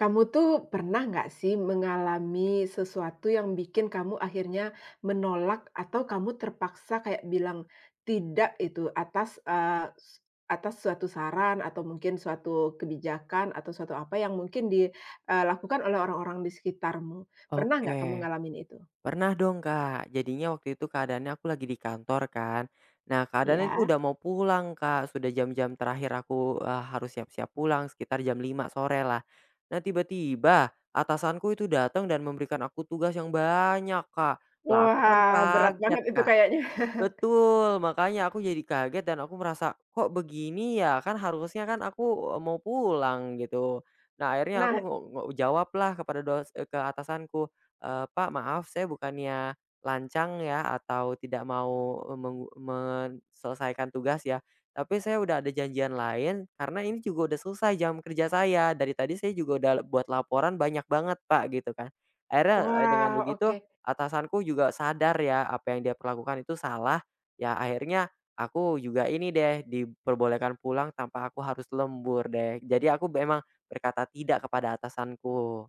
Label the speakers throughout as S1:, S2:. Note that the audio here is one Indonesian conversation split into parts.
S1: Kamu tuh pernah nggak sih mengalami sesuatu yang bikin kamu akhirnya menolak atau kamu terpaksa kayak bilang tidak itu atas, eee, s atas suatu saran atau mungkin suatu kebijakan atau suatu apa yang mungkin dilakukan oleh orang-orang di sekitarmu. Pernah
S2: Oke,
S1: nggak kamu ngalamin itu?
S2: pernah dong, Kak. Jadinya waktu itu keadaannya aku lagi di kantor kan. Nah, keadaannya
S1: Ya?
S2: itu udah mau pulang, Kak. Sudah jam-jam terakhir aku, harus siap-siap pulang sekitar jam 5 sore lah. Nah, tiba-tiba atasanku itu datang dan memberikan aku tugas yang banyak, Kak. Lah, aku kan
S1: Wah, berat
S2: kaget,
S1: banget itu
S2: Kak.
S1: kayaknya.
S2: Betul, makanya aku jadi kaget dan aku merasa, "Kok begini ya? Kan harusnya kan aku, mau pulang," gitu. Nah, akhirnya aku
S1: Nah,
S2: ngo ngo jawablah kepada ke atasanku, "Pak, maaf saya bukannya lancang ya atau tidak mau, e, meng menyelesaikan tugas ya, tapi saya udah ada janjian lain karena ini juga udah selesai jam kerja saya. Dari tadi saya juga udah buat laporan banyak banget, Pak," gitu kan. Akhirnya, dengan
S1: wah,
S2: begitu
S1: oke.
S2: atasanku juga sadar ya apa yang dia perlakukan itu salah, ya akhirnya aku juga ini deh diperbolehkan pulang tanpa aku harus lembur deh. Jadi aku memang berkata tidak kepada atasanku.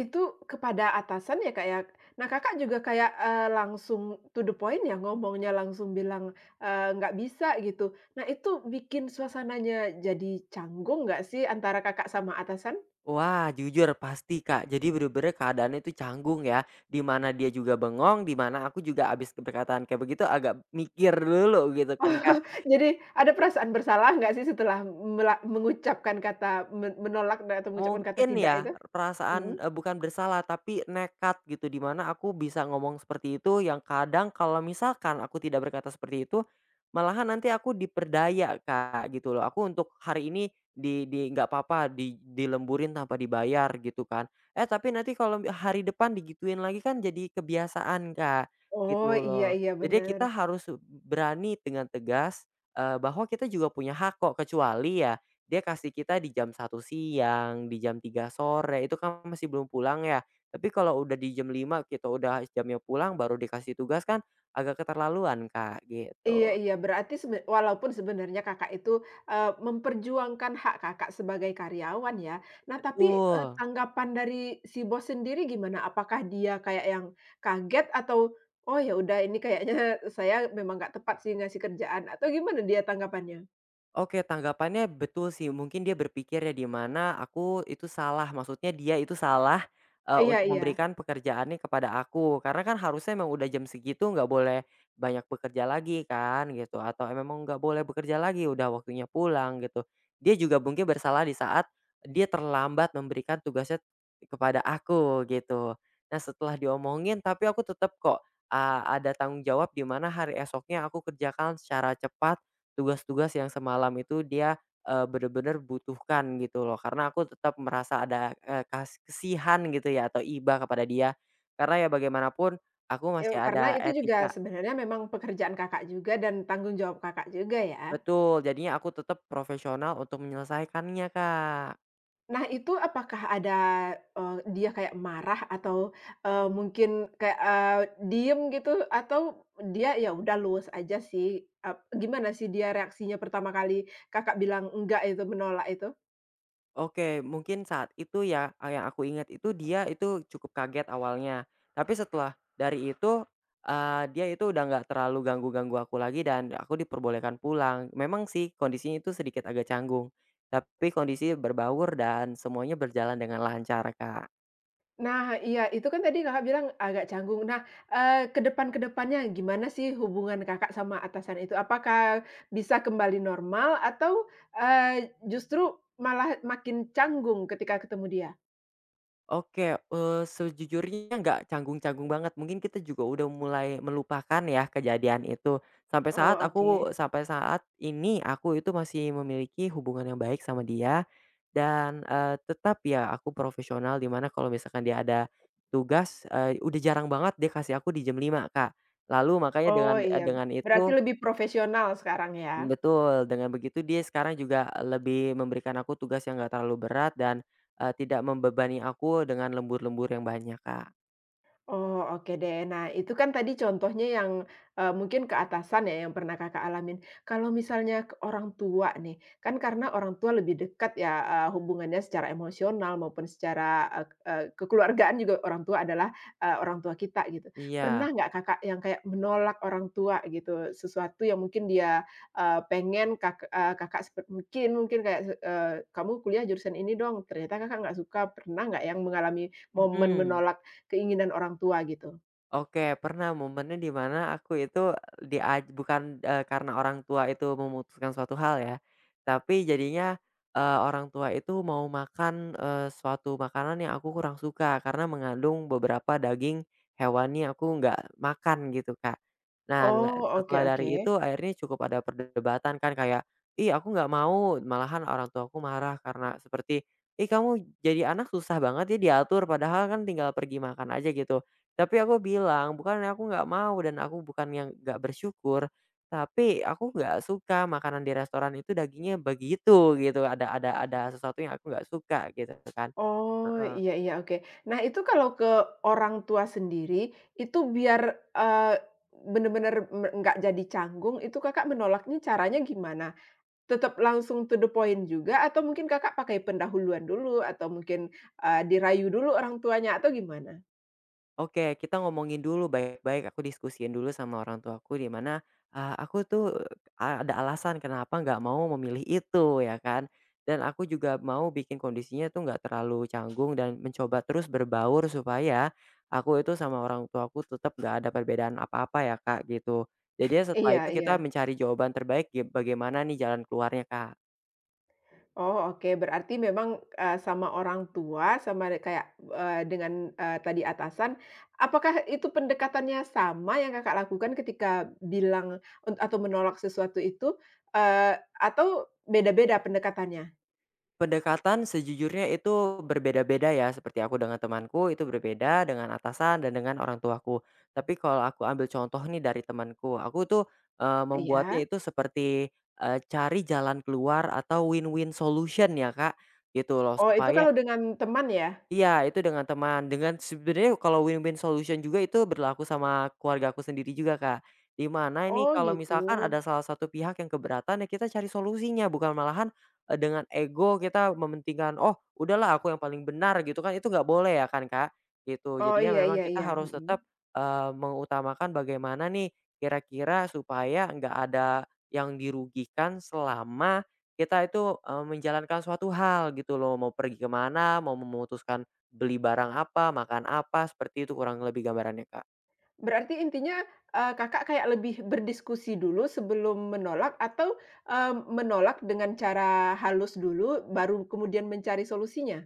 S1: Itu kepada atasan ya, Kak, ya? Nah, Kakak juga kayak, langsung to the point ya ngomongnya, langsung bilang, nggak bisa gitu. Nah, itu bikin suasananya jadi canggung nggak sih antara Kakak sama atasan?
S2: Wah, jujur pasti Kak. Jadi bener-bener keadaannya itu canggung ya, di mana dia juga bengong, di mana aku juga abis berkataan kayak begitu agak mikir dulu gitu kan Kak.
S1: Oh, jadi ada perasaan bersalah nggak sih setelah mengucapkan kata menolak atau mengucapkan kata
S2: Mungkin
S1: tidak
S2: ya,
S1: itu? Mhm.
S2: perasaan, bukan bersalah tapi nekat gitu, di mana aku bisa ngomong seperti itu yang kadang kalau misalkan aku tidak berkata seperti itu, malahan nanti aku diperdaya, Kak, gitu loh. Aku untuk hari ini di nggak apa-apa, dilemburin tanpa dibayar gitu kan. Eh, tapi nanti kalau hari depan digituin lagi kan jadi kebiasaan, Kak,
S1: Oh,
S2: gitu
S1: iya,
S2: loh.
S1: iya,
S2: Jadi
S1: benar.
S2: kita harus berani dengan tegas, bahwa kita juga punya hak kok, kecuali ya dia kasih kita di jam 1 siang, di jam 3 sore, itu kan masih belum pulang ya. Tapi kalau udah di jam 5 kita udah jamnya pulang baru dikasih tugas kan agak keterlaluan, Kak,
S1: Iya,
S2: gitu.
S1: iya, berarti walaupun sebenarnya Kakak itu, memperjuangkan hak Kakak sebagai karyawan ya. Nah tapi,
S2: Betul.
S1: tanggapan dari si bos sendiri gimana? Apakah dia kayak yang kaget atau, "Oh ya udah ini kayaknya saya memang nggak tepat sih ngasih kerjaan," atau gimana dia tanggapannya?
S2: Oke, tanggapannya betul sih. Mungkin dia berpikir ya di mana aku itu salah, maksudnya dia itu salah,
S1: Iya,
S2: untuk
S1: iya,
S2: memberikan pekerjaannya kepada aku. Karena kan harusnya memang udah jam segitu nggak boleh banyak bekerja lagi kan gitu, atau memang nggak boleh bekerja lagi, udah waktunya pulang gitu. Dia juga mungkin bersalah di saat dia terlambat memberikan tugasnya kepada aku gitu. Nah setelah diomongin tapi aku tetap kok, ada tanggung jawab di mana hari esoknya aku kerjakan secara cepat tugas-tugas yang semalam itu dia, bener-bener butuhkan gitu loh, karena aku tetap merasa ada, eee, kas kasihan gitu ya atau iba kepada dia. Karena ya bagaimanapun aku masih
S1: karena
S2: ada
S1: itu juga
S2: etika
S1: sebenarnya memang pekerjaan Kakak juga dan tanggung jawab Kakak juga ya.
S2: betul, jadinya aku tetap profesional untuk menyelesaikannya, Kak.
S1: Nah itu apakah ada, dia kayak marah atau, mungkin kayak, diem gitu atau dia ya udah luwes aja sih? Gimana sih dia reaksinya pertama kali Kakak bilang enggak itu, menolak itu?
S2: Oke, mungkin saat itu ya, yang aku ingat itu dia itu cukup kaget awalnya. Tapi setelah dari itu, dia itu udah nggak terlalu ganggu-ganggu aku lagi dan aku diperbolehkan pulang. Memang sih kondisinya itu sedikit agak canggung, tapi kondisi berbaur dan semuanya berjalan dengan lancar, Kak.
S1: Nah iya, itu kan tadi Kakak bilang agak canggung. Nah, ke depannya gimana sih hubungan Kakak sama atasan itu? Apakah bisa kembali normal atau, justru malah makin canggung ketika ketemu dia?
S2: Oke, sejujurnya nggak canggung-canggung banget, mungkin kita juga udah mulai melupakan ya kejadian itu.
S1: Oh, oke.
S2: Sampai saat ini aku itu masih memiliki hubungan yang baik sama dia dan, tetap ya aku profesional dimana kalau misalkan dia ada tugas, udah jarang banget dia kasih aku di jam 5, Kak. Lalu makanya
S1: Oh
S2: dengan
S1: iya,
S2: dengan
S1: berarti
S2: itu
S1: lebih profesional sekarang ya?
S2: betul, dengan begitu dia sekarang juga lebih memberikan aku tugas yang nggak terlalu berat dan, tidak membebani aku dengan lembur-lembur yang banyak, Kak.
S1: Oh, oke deh. Nah, itu kan tadi contohnya yang, mungkin ke atasan ya, yang pernah Kakak alamin. Kalau misalnya ke orang tua nih, kan karena orang tua lebih dekat ya, hubungannya secara emosional maupun secara, eee eee, kekeluargaan juga orang tua adalah, orang tua kita gitu. Pernah
S2: Iya,
S1: nggak Kakak yang kayak menolak orang tua gitu, sesuatu yang mungkin dia, pengen Kakak mungkin mungkin kayak "Kamu kuliah jurusan ini dong," ternyata Kakak nggak suka. Pernah nggak yang mengalami momen
S2: mhm.
S1: menolak keinginan orang tua gitu.
S2: Oke, pernah momennya di mana aku itu bukan, karena orang tua itu memutuskan suatu hal ya, tapi jadinya, orang tua itu mau makan, suatu makanan yang aku kurang suka karena mengandung beberapa daging hewani yang aku nggak makan gitu, Kak. Nah,
S1: Oh, oke,
S2: setelah
S1: oke.
S2: dari itu akhirnya cukup ada perdebatan kan kayak, "Ih, aku nggak mau," malahan orang tuaku marah karena seperti, "Ih, kamu jadi anak susah banget ya diatur padahal kan tinggal pergi makan aja," gitu. Tapi aku bilang, "Bukan, aku nggak mau dan aku bukan yang nggak bersyukur, tapi aku nggak suka makanan di restoran itu dagingnya begitu," gitu, ada sesuatu yang aku nggak suka gitu kan.
S1: Oh,
S2: Heeh.
S1: iya, iya, oke. Nah, itu kalau ke orang tua sendiri, itu biar, eee, bener-bener nggak jadi canggung, itu Kakak menolaknya caranya gimana? Tetap langsung to the point juga atau mungkin Kakak pakai pendahuluan dulu atau mungkin, dirayu dulu orang tuanya atau gimana?
S2: Oke, kita ngomongin dulu baik-baik, aku diskusiin dulu sama orang tuaku di mana, aku tuh ada alasan kenapa nggak mau memilih itu ya kan, dan aku juga mau bikin kondisinya tuh nggak terlalu canggung dan mencoba terus berbaur supaya aku itu sama orang tuaku tetap nggak ada perbedaan apa-apa ya Kak, gitu. Jadi setelah
S1: Iya,
S2: itu kita
S1: iya.
S2: mencari jawaban terbaik bagaimana nih jalan keluarnya, Kak.
S1: Oh oke, berarti memang, sama orang tua, sama kayak, dengan, tadi atasan, apakah itu pendekatannya sama yang Kakak lakukan ketika bilang atau menolak sesuatu itu, eee, atau beda-beda pendekatannya?
S2: Pendekatan sejujurnya itu berbeda-beda ya, seperti aku dengan temanku itu berbeda, dengan atasan dan dengan orang tuaku. Tapi kalau aku ambil contoh nih dari temanku, aku tuh,
S1: Iya?
S2: membuatnya itu seperti, cari jalan keluar atau win-win solution ya Kak, gitu loh
S1: Oh itu
S2: supaya
S1: kalau dengan teman ya?
S2: iya, itu dengan teman, dengan sebenarnya kalau win-win solution juga itu berlaku sama keluarga aku sendiri juga, Kak. Di mana ini
S1: Oh
S2: kalau
S1: gitu.
S2: misalkan ada salah satu pihak yang keberatan ya kita cari solusinya, bukan malahan, dengan ego kita mementingkan, "Oh, udahlah aku yang paling benar," gitu kan, itu nggak boleh ya kan, Kak, gitu.
S1: Oh
S2: Jadinya
S1: iya,
S2: memang
S1: iya,
S2: kita
S1: iya,
S2: harus
S1: mhm.
S2: tetap, mengutamakan bagaimana nih kira-kira supaya nggak ada yang dirugikan selama kita itu, menjalankan suatu hal gitu loh, mau pergi kemana mau memutuskan beli barang apa, makan apa, seperti itu kurang lebih gambarannya, Kak.
S1: Berarti intinya, Kakak kayak lebih berdiskusi dulu sebelum menolak atau, eee, menolak dengan cara halus dulu baru kemudian mencari solusinya?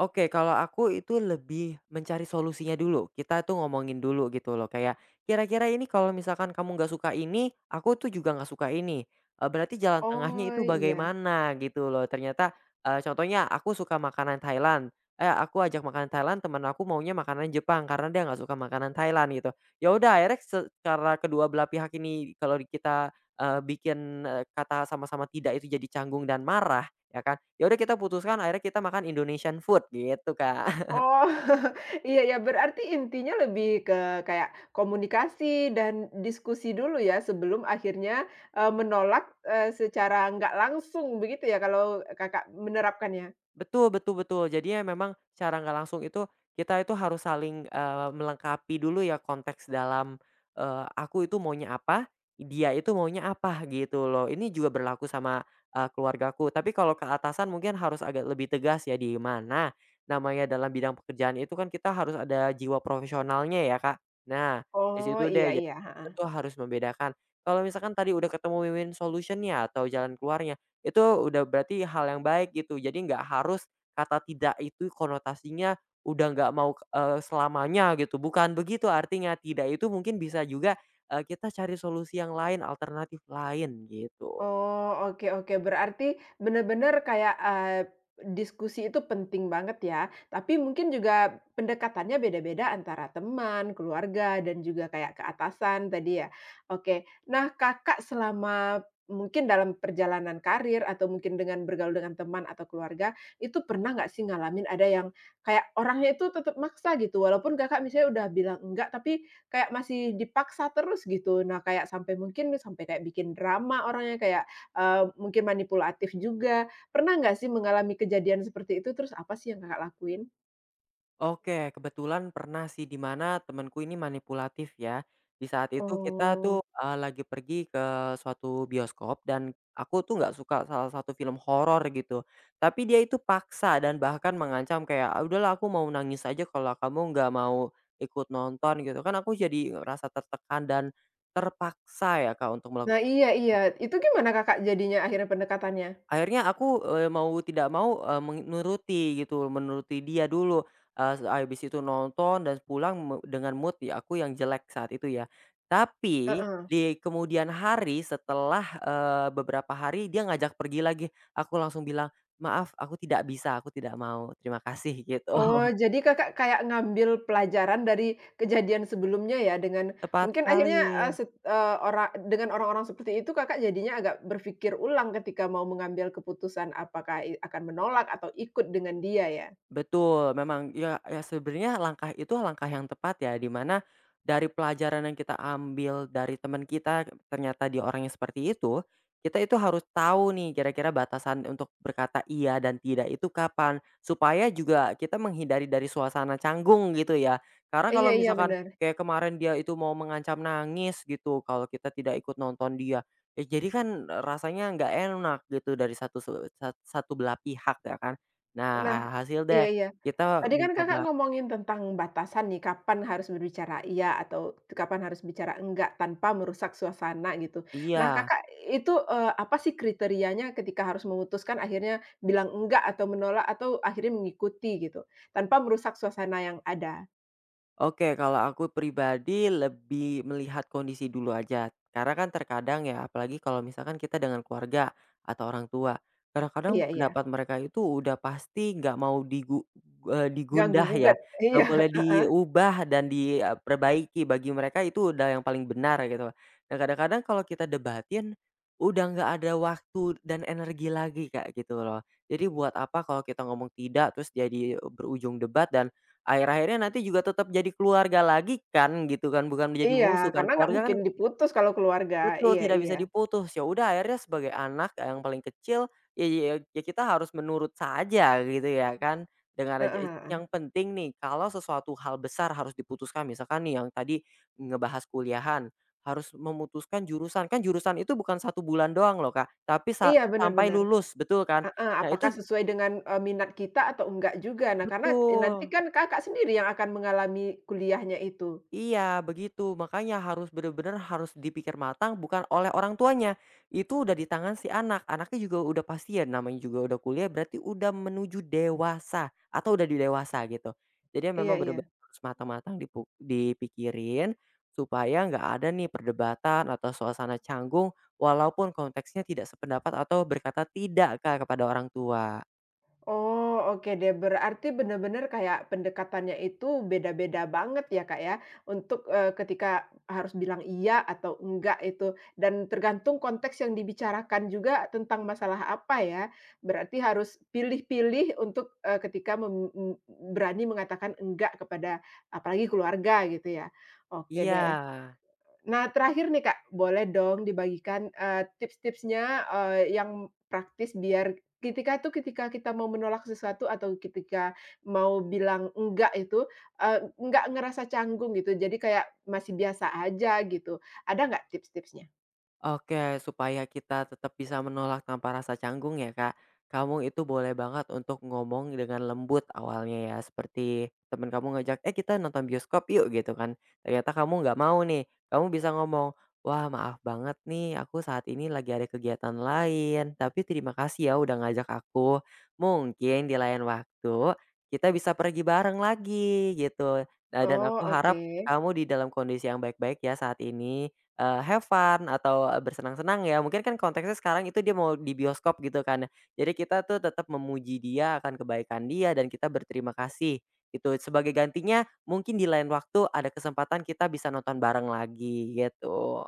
S2: Oke, kalau aku itu lebih mencari solusinya dulu. Kita tuh ngomongin dulu gitu loh. Kayak kira-kira ini kalau misalkan kamu nggak suka ini, aku tuh juga nggak suka ini. Berarti jalan tengahnya
S1: Oh,
S2: itu
S1: iya.
S2: bagaimana gitu loh. Ternyata, contohnya aku suka makanan Thailand, eh, aku ajak makanan Thailand, teman aku maunya makanan Jepang karena dia nggak suka makanan Thailand gitu. Ya udah akhirnya secara kedua belah pihak ini kalau kita, bikin, kata sama-sama tidak itu jadi canggung dan marah ya kan, ya udah kita putuskan akhirnya kita makan Indonesian food gitu, Kak.
S1: Oh, iya ya, berarti intinya lebih ke kayak komunikasi dan diskusi dulu ya sebelum akhirnya, menolak, secara nggak langsung begitu ya kalau Kakak menerapkannya?
S2: Betul betul betul. Jadinya memang secara nggak langsung itu kita itu harus saling, melengkapi dulu ya konteks dalam, aku itu maunya apa, dia itu maunya apa gitu loh. Ini juga berlaku sama, keluargaku. Tapi kalau ke atasan mungkin harus agak lebih tegas ya, di mana namanya dalam bidang pekerjaan itu kan kita harus ada jiwa profesionalnya ya, Kak. Nah, di
S1: Oh,
S2: situ deh
S1: iya,
S2: jadi
S1: iya, heeh.
S2: kita tuh harus membedakan. Kalau misalkan tadi udah ketemu win-win solution atau jalan keluarnya itu udah berarti hal yang baik gitu. Jadi nggak harus kata tidak itu konotasinya udah nggak mau, selamanya gitu, bukan begitu artinya. Tidak itu mungkin bisa juga, kita cari solusi yang lain, alternatif lain gitu.
S1: Oh, oke, oke. Berarti benar-benar kayak, diskusi itu penting banget ya. Tapi mungkin juga pendekatannya beda-beda antara teman, keluarga, dan juga kayak ke atasan tadi ya. Oke. Nah, Kakak selama mungkin dalam perjalanan karir atau mungkin dengan bergaul dengan teman atau keluarga, itu pernah nggak sih ngalamin ada yang kayak orangnya itu tetap maksa gitu, walaupun Kakak misalnya udah bilang enggak, tapi kayak masih dipaksa terus gitu. Nah, kayak sampai mungkin sampai kayak bikin drama orangnya, kayak, mungkin manipulatif juga. Pernah nggak sih mengalami kejadian seperti itu, terus apa sih yang Kakak lakuin?
S2: Oke, kebetulan pernah sih, di mana temanku ini manipulatif ya. Di saat itu kita
S1: Oh.
S2: tuh, lagi pergi ke suatu bioskop dan aku tuh nggak suka salah satu film horor gitu. Tapi dia itu paksa dan bahkan mengancam kayak, "Ah, udahlah aku mau nangis aja kalau kamu nggak mau ikut nonton," gitu. Kan aku jadi rasa tertekan dan terpaksa ya, Kak, untuk
S1: Nah,
S2: melakukan.
S1: iya, iya. Itu gimana Kakak jadinya akhirnya pendekatannya?
S2: Akhirnya aku, mau tidak mau, menuruti gitu, menuruti dia dulu, eee, se habis itu nonton dan pulang dengan mood ya aku yang jelek saat itu ya. Tapi
S1: Heeh.
S2: di kemudian hari setelah, beberapa hari dia ngajak pergi lagi, aku langsung bilang, "Maaf aku tidak bisa, aku tidak mau, terima kasih," gitu.
S1: Oh, jadi Kakak kayak ngambil pelajaran dari kejadian sebelumnya ya dengan
S2: Tepat
S1: mungkin
S2: sekali.
S1: akhirnya, eee, set eee, ora dengan orang-orang seperti itu Kakak jadinya agak berpikir ulang ketika mau mengambil keputusan apakah akan menolak atau ikut dengan dia ya?
S2: Betul, memang ya ya sebenarnya langkah itu langkah yang tepat ya, di mana dari pelajaran yang kita ambil dari teman kita ternyata dia orangnya seperti itu, kita itu harus tahu nih kira-kira batasan untuk berkata iya dan tidak itu kapan, supaya juga kita menghindari dari suasana canggung gitu ya. Karena
S1: Iya,
S2: kalau
S1: iya,
S2: misalkan
S1: bener.
S2: kayak kemarin dia itu mau mengancam nangis gitu kalau kita tidak ikut nonton dia, ya jadi kan eh, rasanya nggak enak gitu dari satu satu belah pihak ya kan. Nah,
S1: Nah,
S2: hasil
S1: iya,
S2: deh
S1: iya.
S2: kita
S1: Tadi kan Kakak
S2: mencoba
S1: ngomongin tentang batasan nih, kapan harus berbicara iya atau kapan harus bicara enggak tanpa merusak suasana gitu. Nah,
S2: iya.
S1: Kakak itu, apa sih kriterianya ketika harus memutuskan akhirnya bilang enggak atau menolak atau akhirnya mengikuti gitu, tanpa merusak suasana yang ada?
S2: Oke, kalau aku pribadi lebih melihat kondisi dulu aja. Karena kan terkadang ya, apalagi kalau misalkan kita dengan keluarga atau orang tua, kadang-kadang
S1: Iya, iya,
S2: pendapat mereka itu udah pasti nggak mau
S1: ganggu
S2: digundah ya,
S1: gugat.
S2: nggak
S1: Iya,
S2: boleh
S1: heeh.
S2: diubah dan diperbaiki. Bagi mereka itu udah yang paling benar gitu. Nah, kadang-kadang kalau kita debatin, udah nggak ada waktu dan energi lagi, Kak, gitu loh. Jadi buat apa kalau kita ngomong tidak, terus jadi berujung debat dan akhir-akhirnya nanti juga tetap jadi keluarga lagi kan gitu kan, bukan menjadi
S1: Iya,
S2: musuh kan.
S1: karena nggak
S2: Keluarga kan
S1: mungkin diputus kalau keluarga.
S2: betul,
S1: Iya,
S2: tidak bisa
S1: iya.
S2: diputus. Ya udah akhirnya sebagai anak yang paling kecil, ya ya ya kita harus menurut saja gitu ya kan. Dengan aja
S1: Heeh, heeh.
S2: yang penting nih kalau sesuatu hal besar harus diputuskan, misalkan nih yang tadi ngebahas kuliahan, harus memutuskan jurusan. Kan jurusan itu bukan 1 bulan doang loh Kak, tapi
S1: Iya,
S2: sampai
S1: benar-benar.
S2: lulus, betul kan?
S1: Heeh,
S2: Nah
S1: apakah
S2: itu
S1: sesuai dengan, minat kita atau enggak juga. Nah, karena, nanti
S2: betul.
S1: kan Kakak sendiri yang akan mengalami kuliahnya itu.
S2: Iya begitu, makanya harus bener-bener harus dipikir matang bukan oleh orang tuanya, itu udah di tangan si anak, anaknya juga udah pasti ya namanya juga udah kuliah berarti udah menuju dewasa atau udah di dewasa gitu. Jadi ya
S1: Iya,
S2: memang
S1: iya.
S2: bener-bener harus matang-matang dipikirin supaya nggak ada nih perdebatan atau suasana canggung walaupun konteksnya tidak sependapat atau berkata tidak, Kak, kepada orang tua.
S1: Oh, oke deh. Berarti bener-bener kayak pendekatannya itu beda-beda banget ya, Kak, ya, untuk, ketika harus bilang iya atau enggak itu, dan tergantung konteks yang dibicarakan juga tentang masalah apa ya. Berarti harus pilih-pilih untuk, ketika mem m berani mengatakan enggak kepada apalagi keluarga gitu ya. Oke
S2: Iya.
S1: deh. Nah, terakhir nih, Kak, boleh dong dibagikan, tips-tipsnya, yang praktis biar ketika kita mau menolak sesuatu atau ketika mau bilang enggak itu, enggak ngerasa canggung gitu, jadi kayak masih biasa aja gitu. Ada nggak tips-tipsnya?
S2: Oke, supaya kita tetap bisa menolak tanpa rasa canggung ya Kak, kamu itu boleh banget untuk ngomong dengan lembut awalnya ya, seperti temen kamu ngajak, "Eh kita nonton bioskop yuk," gitu kan. Ternyata kamu nggak mau nih, kamu bisa ngomong, "Wah maaf banget nih, aku saat ini lagi ada kegiatan lain, tapi terima kasih ya udah ngajak aku. Mungkin di lain waktu, kita bisa pergi bareng lagi," gitu. Nah dan
S1: Oh,
S2: aku
S1: oke.
S2: harap kamu di dalam kondisi yang baik-baik ya saat ini. Have fun atau, bersenang-senang ya, mungkin kan konteksnya sekarang itu dia mau di bioskop gitu kan. Jadi kita tuh tetap memuji dia akan kebaikan dia dan kita berterima kasih gitu. Sebagai gantinya mungkin di lain waktu ada kesempatan kita bisa nonton bareng lagi gitu.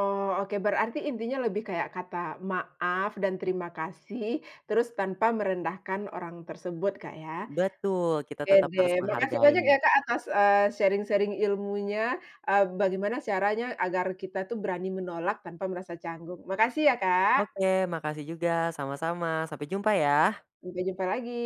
S1: Oh, oke, berarti intinya lebih kayak kata maaf dan terima kasih, terus tanpa merendahkan orang tersebut, Kak, ya?
S2: Betul, kita
S1: Oke
S2: tetap harus
S1: deh, makasih banyak
S2: menghargai.
S1: ya Kak atas, sharing-sharing ilmunya, bagaimana caranya agar kita tuh berani menolak tanpa merasa canggung. Makasih ya Kak,
S2: Oke, makasih juga, sama-sama, sampai jumpa ya.
S1: sampai jumpa lagi.